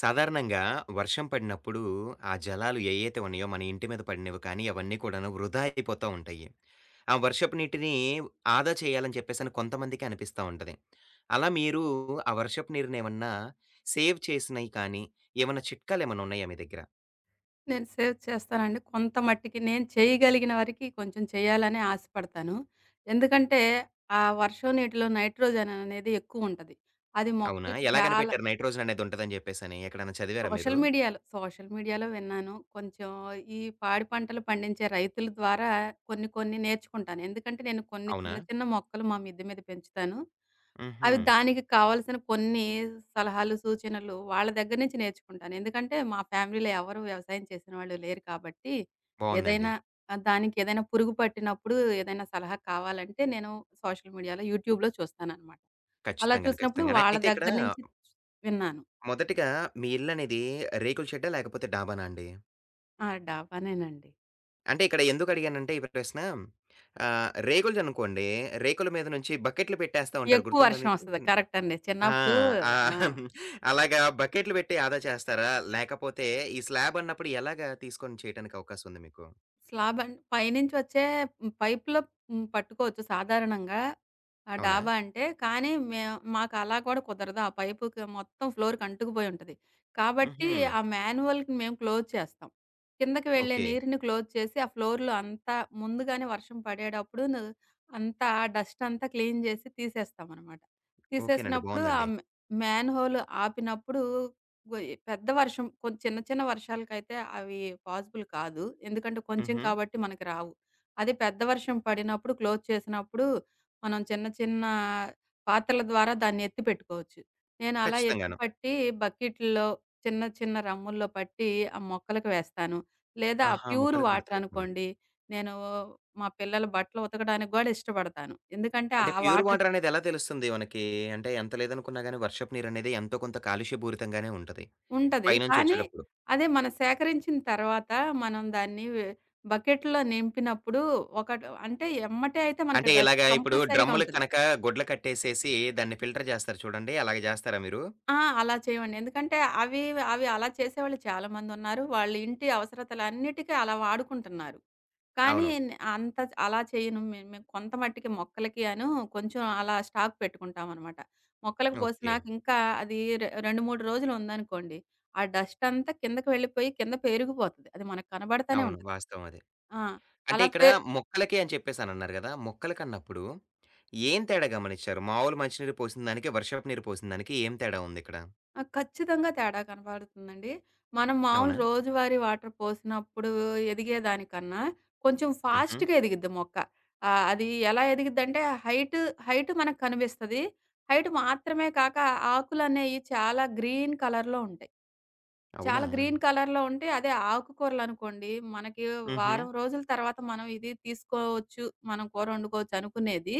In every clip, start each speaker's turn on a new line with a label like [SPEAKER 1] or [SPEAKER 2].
[SPEAKER 1] సాధారణంగా వర్షం పడినప్పుడు ఆ జలాలు ఏయైతే ఉన్నాయో మన ఇంటి మీద పడినవి కానీ అవన్నీ కూడాను వృధా అయిపోతూ ఉంటాయి. ఆ వర్షపు నీటిని ఆదా చేయాలని చెప్పేసని కొంతమందికి అనిపిస్తా ఉంటది. అలా మీరు ఆ వర్షపు నీరునేమన్నా సేవ్ చేసినయి కానీ, ఏమన్నా చిట్కాలేమన్నా ఉన్నాయా మీ దగ్గర?
[SPEAKER 2] నేను సేవ్ చేస్తానండి. కొంత మట్టికి నేను చేయగలిగిన వరకి కొంచెం చేయాలనే ఆశపడతాను. ఎందుకంటే, ఆ వర్షం నీటిలో నైట్రోజన్ అనేది ఎక్కువుంటది. అది
[SPEAKER 1] అవునా?
[SPEAKER 2] మొక్కలకి
[SPEAKER 1] ఎలా
[SPEAKER 2] చాలా
[SPEAKER 1] కనిపెట్టారు నైట్రోజన్ అనేది ఉంటదని చెప్పేసని? ఎక్కడన్నా చదివారా
[SPEAKER 2] సోషల్
[SPEAKER 1] మీరు?
[SPEAKER 2] మీడియాలో, సోషల్ మీడియాలో విన్నాను. కొంచెం ఈ పాడి పంటలు పండించే రైతుల ద్వారా కొన్ని కొన్ని నేర్చుకుంటాను. ఎందుకంటే నేను కొన్ని
[SPEAKER 1] అవునా?
[SPEAKER 2] చిన్న చిన్న మొక్కలు మా మిద్దె మీద పెంచుతాను.
[SPEAKER 1] హుహు.
[SPEAKER 2] అవి దానికి కావాల్సిన కొన్ని సలహాలు, సూచనలు వాళ్ళ దగ్గర నుంచి నేర్చుకుంటాను. ఎందుకంటే మా ఫ్యామిలీలో ఎవరు వ్యవసాయం చేసిన వాళ్ళు లేరు కాబట్టి
[SPEAKER 1] బావుందండి.
[SPEAKER 2] ఏదైనా దానికి ఏదైనా పురుగు పట్టినప్పుడు ఏదైనా సలహా కావాలంటే నేను సోషల్ మీడియాలో, యూట్యూబ్‌లో చూస్తాననమాట. అలా
[SPEAKER 1] ఖచ్చితంగాను,
[SPEAKER 2] చూసినప్పుడు
[SPEAKER 1] ఖచ్చితంగాను.
[SPEAKER 2] వాళ్ళ
[SPEAKER 1] అయితే ఇక్కడ
[SPEAKER 2] దగ్గర నుంచి విన్నాను.
[SPEAKER 1] మొదటిగా మీ ఇల్లనేది రేకుల షెడ్డా? లేకపోతే డాబానా అండి?
[SPEAKER 2] ఆ! డాబానేనండి.
[SPEAKER 1] అంటే ఇక్కడ ఎందుకు అడిగానంటే ఈ ప్రశ్న రేకులది అనుకోండి. రేకుల మీద నుంచి బకెట్లు పెట్టేస్తా ఉంటారు.
[SPEAKER 2] ఎక్కువ
[SPEAKER 1] గుర్తుందా
[SPEAKER 2] వర్షం
[SPEAKER 1] మీకు?
[SPEAKER 2] వస్తది. కరెక్ట్ అండి.
[SPEAKER 1] ఆ!
[SPEAKER 2] చిన్నప్పుడు
[SPEAKER 1] ఆ!
[SPEAKER 2] ఆ!
[SPEAKER 1] అలాగా బకెట్లు పెట్టి ఆదా చేస్తారా? లేకపోతే ఈ స్లాబ్ అన్నప్పుడు ఎలాగా తీసుకొని చేయటానికి అవకాశం ఉంది మీకు?
[SPEAKER 2] స్లాబ్ అన్ పైనుంచి వచ్చే పైప్‌లో పట్టుకోవచ్చు సాధారణంగా. ఆ
[SPEAKER 1] అవునా?
[SPEAKER 2] డాబా అంటే, కానీ మేము మాకు అలా కూడా కుదరదు. ఆ పైపుకి మొత్తం ఫ్లోర్‌కి అంటుకుపోయి ఉంటది. కాబట్టి
[SPEAKER 1] హుహు.
[SPEAKER 2] ఆ మాన్యువల్‌కి మేము క్లోజ్ చేస్తాం. కిందకి వెళ్ళే
[SPEAKER 1] ఓకే.
[SPEAKER 2] నీరుని క్లోజ్ చేసి, ఆ ఫ్లోర్‌లో అంతా ముందుగానే వర్షం పడేటప్పుడు ను అంతా ఆ డస్ట్ అంతా క్లీన్ చేసి తీసేస్తామనమాట.
[SPEAKER 1] ఓకేనండి.
[SPEAKER 2] తీసేసినప్పుడు ఆ
[SPEAKER 1] బావుందండి.
[SPEAKER 2] మ్ మ్యాన్‌హోల్ ఆపినప్పుడు గొయ్ పెద్ద వర్షం కొం చిన్న చిన్న వర్షాలకైతే అవి పాసిబుల్ కాదు. ఎందుకంటే కొంచెం
[SPEAKER 1] హుహు.
[SPEAKER 2] కాబట్టి మనకి రావు. అదే పెద్ద వర్షం పడినప్పుడు క్లోజ్ చేసినప్పుడు మనం చిన్న చిన్న పాత్రల ద్వారా దాన్ని ఎత్తి పెట్టుకోవచ్చు. నేను అలా ఎత్తి
[SPEAKER 1] ఖచ్చితంగాను.
[SPEAKER 2] పట్టి బకెట్‌లో చిన్న చిన్న రమ్ముల్లో పట్టి ఆ మొక్కలకి వేస్తాను. లేదా
[SPEAKER 1] ఆహా!
[SPEAKER 2] ప్యూర్
[SPEAKER 1] మొక్కలకి
[SPEAKER 2] వాటర్
[SPEAKER 1] పెడతారు ఇక్కడ మీరు.
[SPEAKER 2] అనుకోండి. నేను మా పిల్లల బట్టలు ఉతకడానికి గూడా ఇష్టపడతాను. ఎందుకంటే
[SPEAKER 1] అంటే
[SPEAKER 2] ఆ
[SPEAKER 1] ప్యూర్
[SPEAKER 2] వాటర్
[SPEAKER 1] వాటర్ అనేది ఎలా తెలుస్తుంది మనకి? అంటే ఎంత లేదనుకున్నా గాని వర్షపు నీరనేది ఎంతో కొంత కాలుష్యపూరితంగానే ఉంటది.
[SPEAKER 2] ఉంటది. కానీ
[SPEAKER 1] పైనుంచొచ్చేటప్పుడు.
[SPEAKER 2] అదే మనం సేకరించిన తర్వాత మనం దాన్ని బకెట్‌లో నింపినప్పుడు ఒకటి అంటే ఎమ్మటే అయితే మనకు
[SPEAKER 1] అంటే
[SPEAKER 2] డస్ట్
[SPEAKER 1] ఇలాగా ఇప్పుడు
[SPEAKER 2] కంపల్సరీగా
[SPEAKER 1] డ్రమ్ములకి
[SPEAKER 2] ఉంటది.
[SPEAKER 1] కనక గుడ్లు కట్టేసేసి దాన్ని ఫిల్టర్ చేస్తారు చూడండి. అలాగ చేస్తారా మీరు?
[SPEAKER 2] ఆ! అలా చేయమండి. ఎందుకంటే అవి అవి అలా చేసేవాళ్ళు చాలామందున్నారు. వాళ్ళ ఇంటి అవసరతలన్నిటికి అలా వాడుకుంటున్నారు. కానీ
[SPEAKER 1] అవును.
[SPEAKER 2] న్ అంత అలా చేయను. మేము కొంత మట్టికి మొక్కలకి అను కొంచెం అలా స్టాక్ పెట్టుకుంటామనమాట. మొక్కలకు
[SPEAKER 1] ఓకే.
[SPEAKER 2] పోసినాక ఇంకా అది రె 2, 3 రోజులు ఉందనుకోండి, ఆ డస్ట్ అంతా కిందకి వెళ్ళిపోయి కింద పేరుకుపోతది. అది మనకు కనబడతానే
[SPEAKER 1] అవును.
[SPEAKER 2] ఉంటది.
[SPEAKER 1] వాస్తవం అది.
[SPEAKER 2] ఆ!
[SPEAKER 1] అంటే
[SPEAKER 2] అలా
[SPEAKER 1] ఇక్కడ
[SPEAKER 2] పే
[SPEAKER 1] మొక్కలకి అని చెప్పేసనన్నారు గదా! మొక్కలకన్నప్పుడు ఏం తేడా గమనిచ్చారు? మామూలు మంచినీరు పోసిన దానికి, వర్షపు నీరు పోసిన దానికి ఏం తేడా ఉందిక్కడ?
[SPEAKER 2] ఆ! ఖచ్చితంగా తేడా కనపడుతుందండి. మనం మామూలు
[SPEAKER 1] అవునా?
[SPEAKER 2] రోజువారీ వాటర్ పోసినప్పుడు ఎదిగేదానికన్నా, కొంచెం
[SPEAKER 1] హుహు.
[SPEAKER 2] ఫాస్ట్‌గా ఎదిగిద్ది మొక్క. అది ఎలా ఎదిగిద్దంటే హైట్, మనకు కనిపిస్తది. హైట్ మాత్రమే కాక ఆకులనేయి చాలా గ్రీన్ కలర్‌లో ఉంటాయి.
[SPEAKER 1] అవునా?
[SPEAKER 2] చాలా గ్రీన్ కలర్‌లో ఉంటే అదే ఆకుకూరలనుకోండి, మనకి
[SPEAKER 1] హుహు.
[SPEAKER 2] వారం రోజుల తర్వాత మనం ఇది తీసుకోవచ్చు, మనం కూర వండుకోవచ్చు అనుకునేది,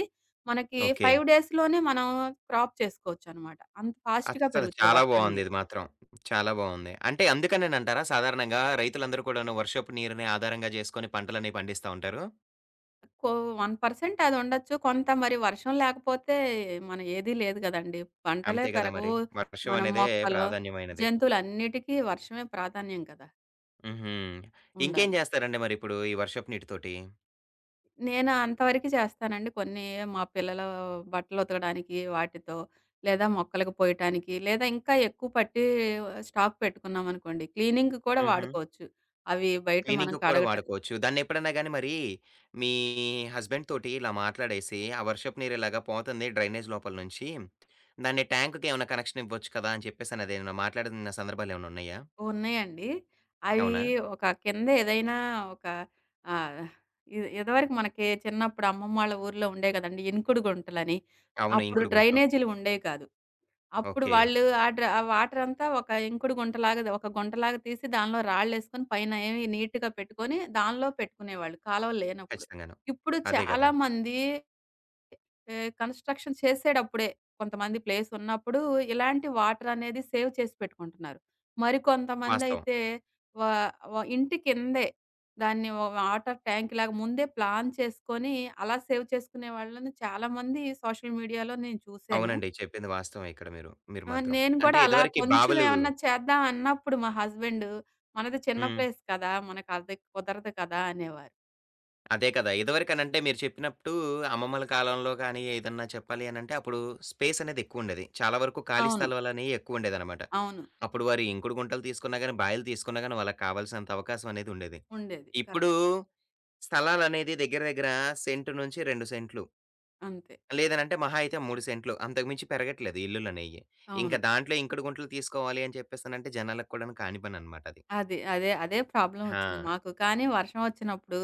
[SPEAKER 2] మనకి
[SPEAKER 1] ఓకే.
[SPEAKER 2] 5 డేస్‌లోనే మనం క్రాప్ చేసుకోవచ్చనమాట. అంత ఫాస్ట్‌గా
[SPEAKER 1] అస్సల
[SPEAKER 2] పెరుగుతది
[SPEAKER 1] చాలా
[SPEAKER 2] వర్షం
[SPEAKER 1] బావుంది
[SPEAKER 2] నీరు.
[SPEAKER 1] ఇది మాత్రం. చాలా బావుంది. అంటే అందుకనేనంటారా సాధారణంగా రైతులందరూ కూడాను వర్షపు నీరుని ఆధారంగా జేసుకొని పంటలనేవి పండిస్తా ఉంటారు?
[SPEAKER 2] కో 1% అది ఉండొచ్చు. కొంత మరి వర్షం లేకపోతే మన ఏదీ లేదు గదండీ. పంటలే
[SPEAKER 1] అంతే కదా మరి.
[SPEAKER 2] పెరగవు.
[SPEAKER 1] వర్షం
[SPEAKER 2] మనం
[SPEAKER 1] అనేదే
[SPEAKER 2] మొక్కలు,
[SPEAKER 1] ప్రాధాన్యమైనది.
[SPEAKER 2] జంతువులన్నిటికీ వర్షమే ప్రాధాన్యం కదా!
[SPEAKER 1] హుహు. ఇంకేం
[SPEAKER 2] ఉండాలి.
[SPEAKER 1] జేస్తారండి మరిప్పుడు ఈ వర్షపు నీటితోటి?
[SPEAKER 2] నేను అంతవరకు చేస్తానండి. కొన్ని మా పిల్లల బట్టలు ఉతకడానికి వాటితో, లేదా మొక్కలకు పోయటానికి, లేదా ఇంకా ఎక్కువ పట్టి స్టాక్ పెట్టుకున్నామనుకోండి, క్లీనింగ్‌కి కూడా
[SPEAKER 1] హుహు.
[SPEAKER 2] వాడుకోవచ్చు. అవి బయట మనం
[SPEAKER 1] క్లీనింగ్‌కి కూడా
[SPEAKER 2] కడగట
[SPEAKER 1] వాడుకోవచ్చు. దాన్నెప్పుడన్నా గాని మరి మీ హస్బెండ్ తోటి ఇలా మాట్లాడేసి, ఆ వర్షపు నీరు ఇలాగా పోతుంది డ్రైనేజ్ లోపల నుంచి, దాన్ని ట్యాంక్‌కేమన్నా కనెక్షన్ ఇవ్వచ్చు కదా! అని చెప్పేసనేదేమన్నా మాట్లాడిన సందర్భాలేమన్నా ఉన్నాయా?
[SPEAKER 2] ఉన్నాయండి. అవి
[SPEAKER 1] అవునా?
[SPEAKER 2] ఒక కింద ఏదైనా ఒక ఆహ్, ఇది ఇదివరకు మనకి చిన్నప్పుడు అమ్మమ్మ వాళ్ళ ఊర్లో ఉండే కదండీ! ఇంకుడు గుంటలని.
[SPEAKER 1] అవును.
[SPEAKER 2] అప్పుడు
[SPEAKER 1] ఇంకుడు గుంటలో.
[SPEAKER 2] డ్రైనేజీలు ఉండేవి కాదు. అప్పుడు
[SPEAKER 1] ఓకే.
[SPEAKER 2] వాళ్ళు ఆ వాటర్ అంతా ఒక ఇంకుడు గుంటలాగా ఒక గుంటలాగా తీసి దానిలో రాళ్ళేసుకొని పైన ఏమి నీట్‌గా పెట్టుకొని దానిలో పెట్టుకునేవాళ్ళు కాలువలు లేనప్పుడు.
[SPEAKER 1] ఖచ్చితంగాను.
[SPEAKER 2] ఇప్పుడు
[SPEAKER 1] అదే గదా!
[SPEAKER 2] చాలామంది కన్‌స్ట్రక్షన్ చేసేటప్పుడే కొంతమంది ప్లేస్ ఉన్నప్పుడు ఇలాంటి వాటర్ అనేది సేవ్ చేసి పెట్టుకుంటున్నారు.
[SPEAKER 1] వాస్తవం.
[SPEAKER 2] మరికొంతమందయితే వా వ ఇంటి కిందే దాన్ని వాటర్ ట్యాంక్‌లాగా ముందే ప్లాన్ చేసుకొని అలా సేవ్ చేసుకునే వాళ్ళని చాలామంది సోషల్ మీడియాలో నేను చూసాను.
[SPEAKER 1] అవునండి. చెప్పింది వాస్తవమే ఇక్కడ మీరు. మీరు
[SPEAKER 2] ఆ!
[SPEAKER 1] మాత్రం.
[SPEAKER 2] నేను కూడా
[SPEAKER 1] అంటే
[SPEAKER 2] అలా
[SPEAKER 1] ఇదివరకి
[SPEAKER 2] కొంచెం
[SPEAKER 1] బావులు
[SPEAKER 2] ఏమన్నా చేద్దాం అన్నప్పుడు మా హస్బెండు "మనది చిన్న
[SPEAKER 1] హ్మ్.
[SPEAKER 2] ప్లేస్ కదా! మనకు అది కుదరదు కదా!" అనేవారు.
[SPEAKER 1] అదే కదా! ఇదివరకనంటే మీరు చెప్పినప్పుడు అమ్మమ్మల కాలంలో గాని, ఏదన్నా చెప్పాలి అనంటే అప్పుడు స్పేస్ అనేది ఎక్కువుండేది. చాలా వరకు ఖాళీ
[SPEAKER 2] అవును.
[SPEAKER 1] స్థలాలనేయి ఎక్కువుండేదనమాట.
[SPEAKER 2] అవును.
[SPEAKER 1] అప్పుడు వారు ఇంకుడు గుంటలు తీసుకున్నా గాని, బాయలు తీసుకున్నా గాని వాళ్ళకి కావాల్సినంత అవకాశం అనేది ఉండేది.
[SPEAKER 2] ఉండేది.
[SPEAKER 1] ఇప్పుడు
[SPEAKER 2] కరెక్ట్.
[SPEAKER 1] స్థలాలనేది దగ్గర దగ్గర సెంటు నుంచి 2 సెంట్లు.
[SPEAKER 2] అంతే.
[SPEAKER 1] లేదనంటే మహా అయితే 3 సెంట్లు. అంతకు మించి పెరగట్లేదు ఇల్లులనేయి. ఇంక
[SPEAKER 2] అవును.
[SPEAKER 1] దాంట్లో ఇంకుడు గుంటలు తీసుకోవాలి అని చెప్పేసనంటే జనాలకు కూడాను కాని పననమాట అది.
[SPEAKER 2] అది. అదే
[SPEAKER 1] ఆ!
[SPEAKER 2] ప్రాబ్లమొచ్చింది మాకు. కానీ వర్షం వచ్చినప్పుడు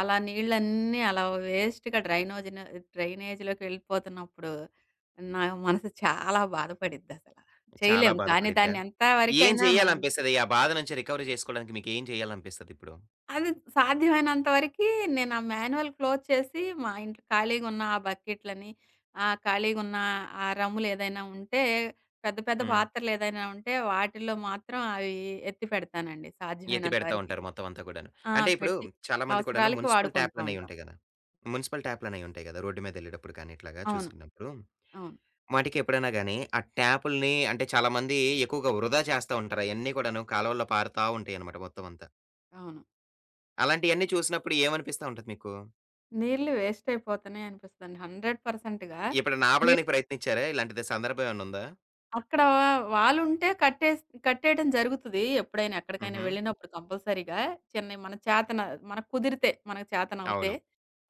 [SPEAKER 2] అలా నీళ్ళన్నీ అలా వేస్ట్‌గా డ్రైనేజ్‌లోకి వెళ్ళిపోతున్నప్పుడు నా మనసు చాలా బాధపడిద్దసల.
[SPEAKER 1] చాలా
[SPEAKER 2] చేయలేం. కానీ
[SPEAKER 1] బాధపడిద్దా?
[SPEAKER 2] దాన్ని ఎంత
[SPEAKER 1] ఏం
[SPEAKER 2] వరకైనా మనం
[SPEAKER 1] చేయాలనిపిస్తది? ఆ బాధ నుంచి రికవరీ చేసుకోవడానికి మీకేం చేయాలనిపిస్తదిప్పుడు?
[SPEAKER 2] అది సాధ్యమైనంత వరకి నేను ఆ మాన్యువల్ క్లోజ్ చేసి మా ఇంట్లో ఖాళీగున్న ఆ బకెట్లని, ఖాళీగున్న ఆ రమ్ములేదైనా ఉంటే, పెద్ద పెద్ద
[SPEAKER 1] హ్మ్.
[SPEAKER 2] పాత్రలేదైనా ఉంటే వాటిల్లో మాత్రం అవి ఎత్తి పెడతానండి సాధ్యమైనంత
[SPEAKER 1] ఎత్తిపెడతా
[SPEAKER 2] వరకి.
[SPEAKER 1] ఉంటారు మొత్తం అంతా కూడాను.
[SPEAKER 2] ఆ!
[SPEAKER 1] అంటే ఇప్పుడు
[SPEAKER 2] పెట్టి
[SPEAKER 1] చాలా మంది కూడాను
[SPEAKER 2] అవసరాలకి
[SPEAKER 1] మున్సిపల్
[SPEAKER 2] వాడుకుంటా
[SPEAKER 1] ట్యాప్‌లనేయి
[SPEAKER 2] ఉంటాం.
[SPEAKER 1] ఉంటాయి గదా! మున్సిపల్ ట్యాప్‌లనేయి ఉంటాయి గదా! రోడ్డు మీదెళ్ళేటప్పుడు కానీ ఇట్లాగా
[SPEAKER 2] అవును.
[SPEAKER 1] చూసుకున్నప్పుడు,
[SPEAKER 2] అవును.
[SPEAKER 1] వాటికి ఎప్పుడైనా గాని ఆ ట్యాపుల్ని అంటే చాలా మంది ఎక్కువగా వృధా చేస్తా ఉంటారు. అయన్నీ కూడాను కాలువల్లో పారుతా ఉంటాయన్నమాట మొత్తం అంతా.
[SPEAKER 2] అవును.
[SPEAKER 1] అలాంటియన్నీ చూసినప్పుడు ఏమనిపిస్తా ఉంటది మీకు?
[SPEAKER 2] నీళ్ళు వేస్ట్ అయిపోతున్నాయి అనిపిస్తదండి. 100%గా
[SPEAKER 1] ఎప్పుడన్నా
[SPEAKER 2] నీ
[SPEAKER 1] ఆపడానికి ప్రయత్నించారా? ఇలాంటిది సందర్భం ఏమన్నా ఉందా?
[SPEAKER 2] అక్కడ వాలుంటే కట్టేస్ కట్టేయడం జరుగుతది. ఎప్పుడైనా ఎక్కడికైనా
[SPEAKER 1] హుహు.
[SPEAKER 2] వెళ్ళినప్పుడు కంపల్సరీగా చిన్నయి మన చేతన మనకు కుదిరితే, మనకు చేతనవుతే
[SPEAKER 1] అవును.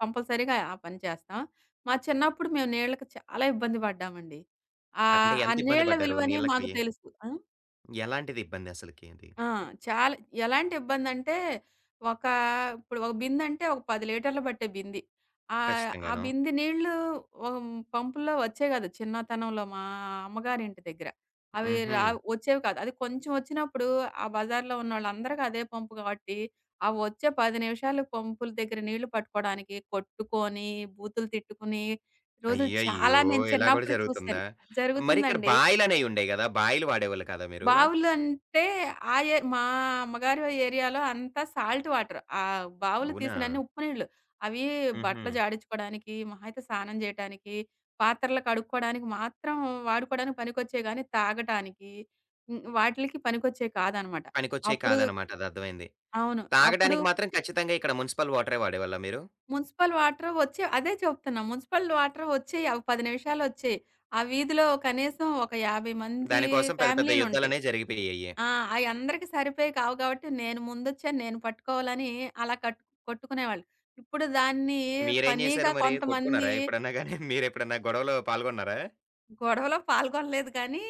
[SPEAKER 2] కంపల్సరీగా ఆ పని చేస్తాం. మా చిన్నప్పుడు మేము నీళ్ళకి చాలా ఇబ్బంది పడ్డామండి.
[SPEAKER 1] అంటే
[SPEAKER 2] ఆ
[SPEAKER 1] ఎంత ఇబ్బంది
[SPEAKER 2] నీళ్ళ
[SPEAKER 1] పడ్డారు
[SPEAKER 2] విలువనే మాకు
[SPEAKER 1] నీళ్ళకి?
[SPEAKER 2] తెలుసు. ఆ!
[SPEAKER 1] ఎలాంటిది ఇబ్బందసలకి అది?
[SPEAKER 2] ఆ! చాలా ఎలాంటి ఇబ్బందంటే, ఒక ఇప్పుడు ఒక బిందంటే ఒక 10 లీటర్లు పట్టే బింది. ఆ
[SPEAKER 1] ఖచ్చితంగాను.
[SPEAKER 2] బిందె నీళ్ళు ఓహ్! పంపుల్లో వచ్చేయి కాదు. చిన్నతనంలో మా అమ్మగారింటి దగ్గర. అవి
[SPEAKER 1] హుహు.
[SPEAKER 2] రావు వచ్చేవి కాదు. అది కొంచెం వచ్చినప్పుడు ఆ బజార్‌లో ఉన్నోళ్ళందరికి అదే పంపు కాబట్టి, ఆ వచ్చే 10 నిమిషాలు పంపుల దగ్గర నీళ్లు పట్టుకోవడానికి కొట్టుకొని, బూతులు తిట్టుకుని రోజులు చాలా
[SPEAKER 1] అయ్యయ్యో!
[SPEAKER 2] నేను
[SPEAKER 1] ఇలా గూడా
[SPEAKER 2] చిన్నప్పుడు చూసాను.
[SPEAKER 1] జరుగుతుందా? మరిక్కడ
[SPEAKER 2] జరుగుతుందండి.
[SPEAKER 1] బాయిలనేయుండేయి గదా! బాయిలు వాడేవాళ్ళు కాదా మీరు?
[SPEAKER 2] బావులంటే ఆ ఏ మా అమ్మగారు ఏరియాలో అంతా సాల్ట్ వాటర్. ఆ బావులు
[SPEAKER 1] అవునా?
[SPEAKER 2] తీసినన్ని ఉప్పు నీళ్ళు. అవి
[SPEAKER 1] హుహు.
[SPEAKER 2] బట్టలు జాడించుకోవడానికి, మహా అయితే స్నానం జేయటానికి, పాత్రలు కడుక్కోవడానికి మాత్రం వాడుకోవడానికి పనికొచ్చేయి గానీ, తాగటానికి హ్మ్. వాటిలికి పనికొచ్చేయి కాదనమాట.
[SPEAKER 1] పనికొచ్చేయి
[SPEAKER 2] అప్పుడు
[SPEAKER 1] కాదనమాట. అది అర్థమైంది.
[SPEAKER 2] అవును. అప్పుడు
[SPEAKER 1] తాగడానికి మాత్రం ఖచ్చితంగా ఇక్కడ మునిసిపల్ వాటరే వాడేవాళ్ళా మీరు?
[SPEAKER 2] మున్సిపల్ వాటర్ వచ్చే అదే చెప్తున్నా. మున్సిపల్ వాటర్ వచ్చేయి. అవి 10 నిమిషాలొచ్చేయి. ఆ వీధిలో కనీసం ఒక 50 మంది
[SPEAKER 1] దానికోసం పెద్ద పెద్ద
[SPEAKER 2] ఫ్యామిలీలుంటాయి.
[SPEAKER 1] యుద్ధాలనేయి జరిగిపోయాయి.
[SPEAKER 2] ఆ! అయి అందరికి సరిపోయి కావు కాబట్టి నేను ముందొచ్చాను, నేను పట్టుకోవాలని అలా కట్టు కొట్టుకునేవాళ్ళు. ఇప్పుడు దాన్ని
[SPEAKER 1] మీరేం
[SPEAKER 2] ఫన్నీగా
[SPEAKER 1] జేశారు మరి?
[SPEAKER 2] కొంతమంది
[SPEAKER 1] కొట్టుకున్నారా ఎప్పుడన్నా గాని? మీరెప్పుడన్నా గొడవలో పాల్గొన్నారా?
[SPEAKER 2] గొడవలో పాల్గొనలేదు కానీ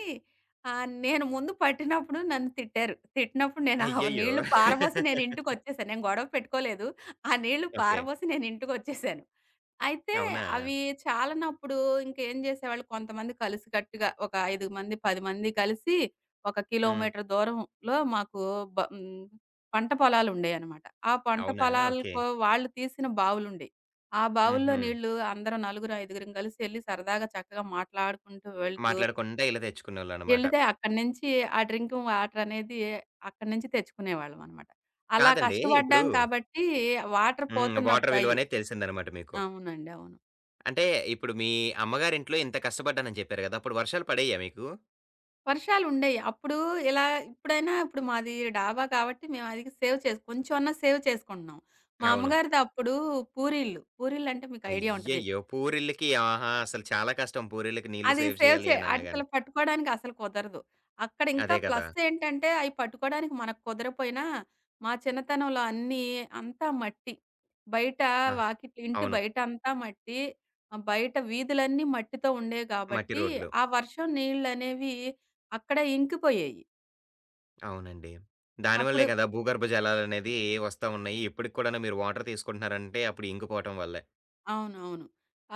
[SPEAKER 2] నేను ముందు పట్టినప్పుడు నన్ను తిట్టారు. తిట్టినప్పుడు నేను ఆ
[SPEAKER 1] అయ్యయ్యో!
[SPEAKER 2] నీళ్లు పారబోసి నేను ఇంటికొచ్చేసాను. నేను గొడవ పెట్టుకోలేదు. ఆ నీళ్లు
[SPEAKER 1] ఓకే.
[SPEAKER 2] పారబోసి నేను ఇంటికొచ్చేసాను. అయితే
[SPEAKER 1] అవునా?
[SPEAKER 2] అవి చాలనప్పుడు ఇంకేం చేసేవాళ్ళు కొంతమంది కలిసికట్టుగా ఒక 5 మంది, 10 మంది కలిసి ఒక
[SPEAKER 1] హ్మ్.
[SPEAKER 2] కిలోమీటర్ దూరంలో మాకు బ హ్మ్, పంట పొలాలుండేయనమాట. ఆ పంట
[SPEAKER 1] అవునా? ఓకే.
[SPEAKER 2] పొలాలకు వాళ్ళు తీసిన బావులుండేయి. ఆ బావుల్లో
[SPEAKER 1] హుహు.
[SPEAKER 2] నీళ్ళు అందరం నలుగురు, ఐదుగురం కలిసి ఎళ్లి సరదాగా చక్కగా మాట్లాడుకుంటూ వెళ్తూ
[SPEAKER 1] మాట్లాడకుండా ఇలా తెచ్చుకునేవాళ్ళనమాట.
[SPEAKER 2] ఎళ్లితే అక్కడి నుంచి ఆ డ్రింకింగ్ వాటర్ అనేది అక్కడి నుంచి తెచ్చుకునేవాళ్ళమనమాట. అలా
[SPEAKER 1] కాదండి. ఇప్పుడు
[SPEAKER 2] కష్టపడ్డాం కాబట్టి వాటర్
[SPEAKER 1] హ్మ్. వాటర్
[SPEAKER 2] పోతున్నప్పుడయి
[SPEAKER 1] విలువనేది తెలిసిందనమాట మీకు.
[SPEAKER 2] అవునండి. అవును.
[SPEAKER 1] అంటే ఇప్పుడు మీ అమ్మగారింట్లో ఇంత కష్టపడ్డానని చెప్పారు గదా! అప్పుడు వర్షాలు పడేయ్యా మీకు?
[SPEAKER 2] వర్షాలుండేయి. అప్పుడు ఇలా ఇప్పుడైనా ఇప్పుడు మాది డాబా కాబట్టి మేము అది సేవ్ చేసు కొంచెమన్నా సేవ్ చేసుకుంటున్నాం. మా
[SPEAKER 1] అవును.
[SPEAKER 2] అమ్మగారిది అప్పుడు పూరీలు. పూరీలంటే మీకు ఐడియా ఉంటది.
[SPEAKER 1] అయ్యయ్యో! పూరిళ్ళకి ఆహా! అసలు చాలా కష్టం పూరిళ్ళకి నీళ్లు
[SPEAKER 2] అది
[SPEAKER 1] సేవ్
[SPEAKER 2] సేవ్
[SPEAKER 1] చేయాలి
[SPEAKER 2] చే
[SPEAKER 1] అని
[SPEAKER 2] అది
[SPEAKER 1] అన్నా
[SPEAKER 2] అసలు
[SPEAKER 1] గాని.
[SPEAKER 2] పట్టుకోవడానికి అసలు కుదరదు. అక్కడ ఇంకా
[SPEAKER 1] అదే గదా!
[SPEAKER 2] ప్లస్ ఏంటంటే అయి పట్టుకోవడానికి మనకు కుదరపోయినా మా చిన్నతనంలో అన్నీ అంతా మట్టి. బయట
[SPEAKER 1] ఆ!
[SPEAKER 2] వాకిట్లు ఇంటి
[SPEAKER 1] అవును.
[SPEAKER 2] బయటంతా మట్టి. బయట వీధులన్నీ మట్టితో ఉండేవి
[SPEAKER 1] మట్టి
[SPEAKER 2] కాబట్టి
[SPEAKER 1] రోడ్లు.
[SPEAKER 2] ఆ వర్షం నీళ్ళనేవి అక్కడే ఇంకిపోయేయి.
[SPEAKER 1] అవునండి.
[SPEAKER 2] అప్పుడు
[SPEAKER 1] దానివల్లే గదా! భూగర్భ జలాలనేది వస్తా ఉన్నాయి. ఇప్పటికి కూడాను మీరు వాటర్ తీసుకుంటున్నారంటే అప్పుడు ఇంకిపోవటం వల్లే.
[SPEAKER 2] అవునవును.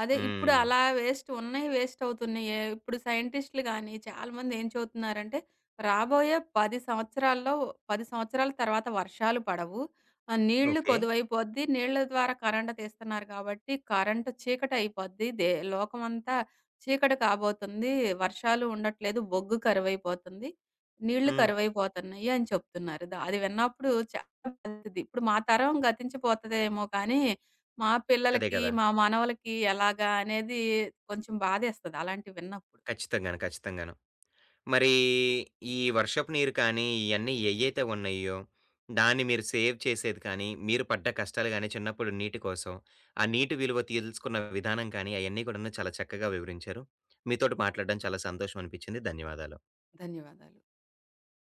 [SPEAKER 2] అదే ఇప్పుడు
[SPEAKER 1] హ్మ్.
[SPEAKER 2] అలా వేస్ట్ ఉన్నయి వేస్ట్ అవుతున్నయి. ఇప్పుడు సైంటిస్ట్‌లు గాని చాలామంది ఏం చెబుతున్నారంటే, రాబోయే 10 సంవత్సరాల్లో 10 సంవత్సరాల తర్వాత వర్షాలు పడవు. నీళ్లు
[SPEAKER 1] ఓకే.
[SPEAKER 2] కొదువైపోద్ది. నీళ్ల ద్వారా కరెంట్ తీస్తున్నారు కాబట్టి కరెంట్ చీకటయిపోద్ది. దే లోకమంతా చీకటి కాబోతుంది. వర్షాలు ఉండట్లేదు. బొగ్గు కరువైపోతుంది. నీళ్లు
[SPEAKER 1] హ్మ్.
[SPEAKER 2] కరువైపోతున్నాయి అని చెప్తున్నారు. ద అది విన్నప్పుడు చాలా బాధేసిద్ది. ఇప్పుడు మా తరం గతించిపోతదేమో కానీ మా
[SPEAKER 1] అదే
[SPEAKER 2] పిల్లలకి,
[SPEAKER 1] గదా!
[SPEAKER 2] మా మనవలకి ఎలాగా అనేది కొంచెం బాధేస్తది అలాంటివి విన్నప్పుడు.
[SPEAKER 1] ఖచ్చితంగాను. ఖచ్చితంగాను. మరీ ఈ వర్షపు నీరు కానీ, ఇయన్నీ ఏయ్యైతే ఉన్నాయో, దాన్ని మీరు సేవ్ చేసేది కానీ, మీరు పడ్డ కష్టాలు గానీ, చిన్నప్పుడు నీటి కోసం, ఆ నీటి విలువ తెలుసుకున్న విధానం కానీ, అయన్నీ కూడాను చాలా చక్కగా వివరించారు. మీతోటి మాట్లాడడం చాలా సంతోషం అనిపిచ్చింది. ధన్యవాదాలు.
[SPEAKER 2] ధన్యవాదాలు.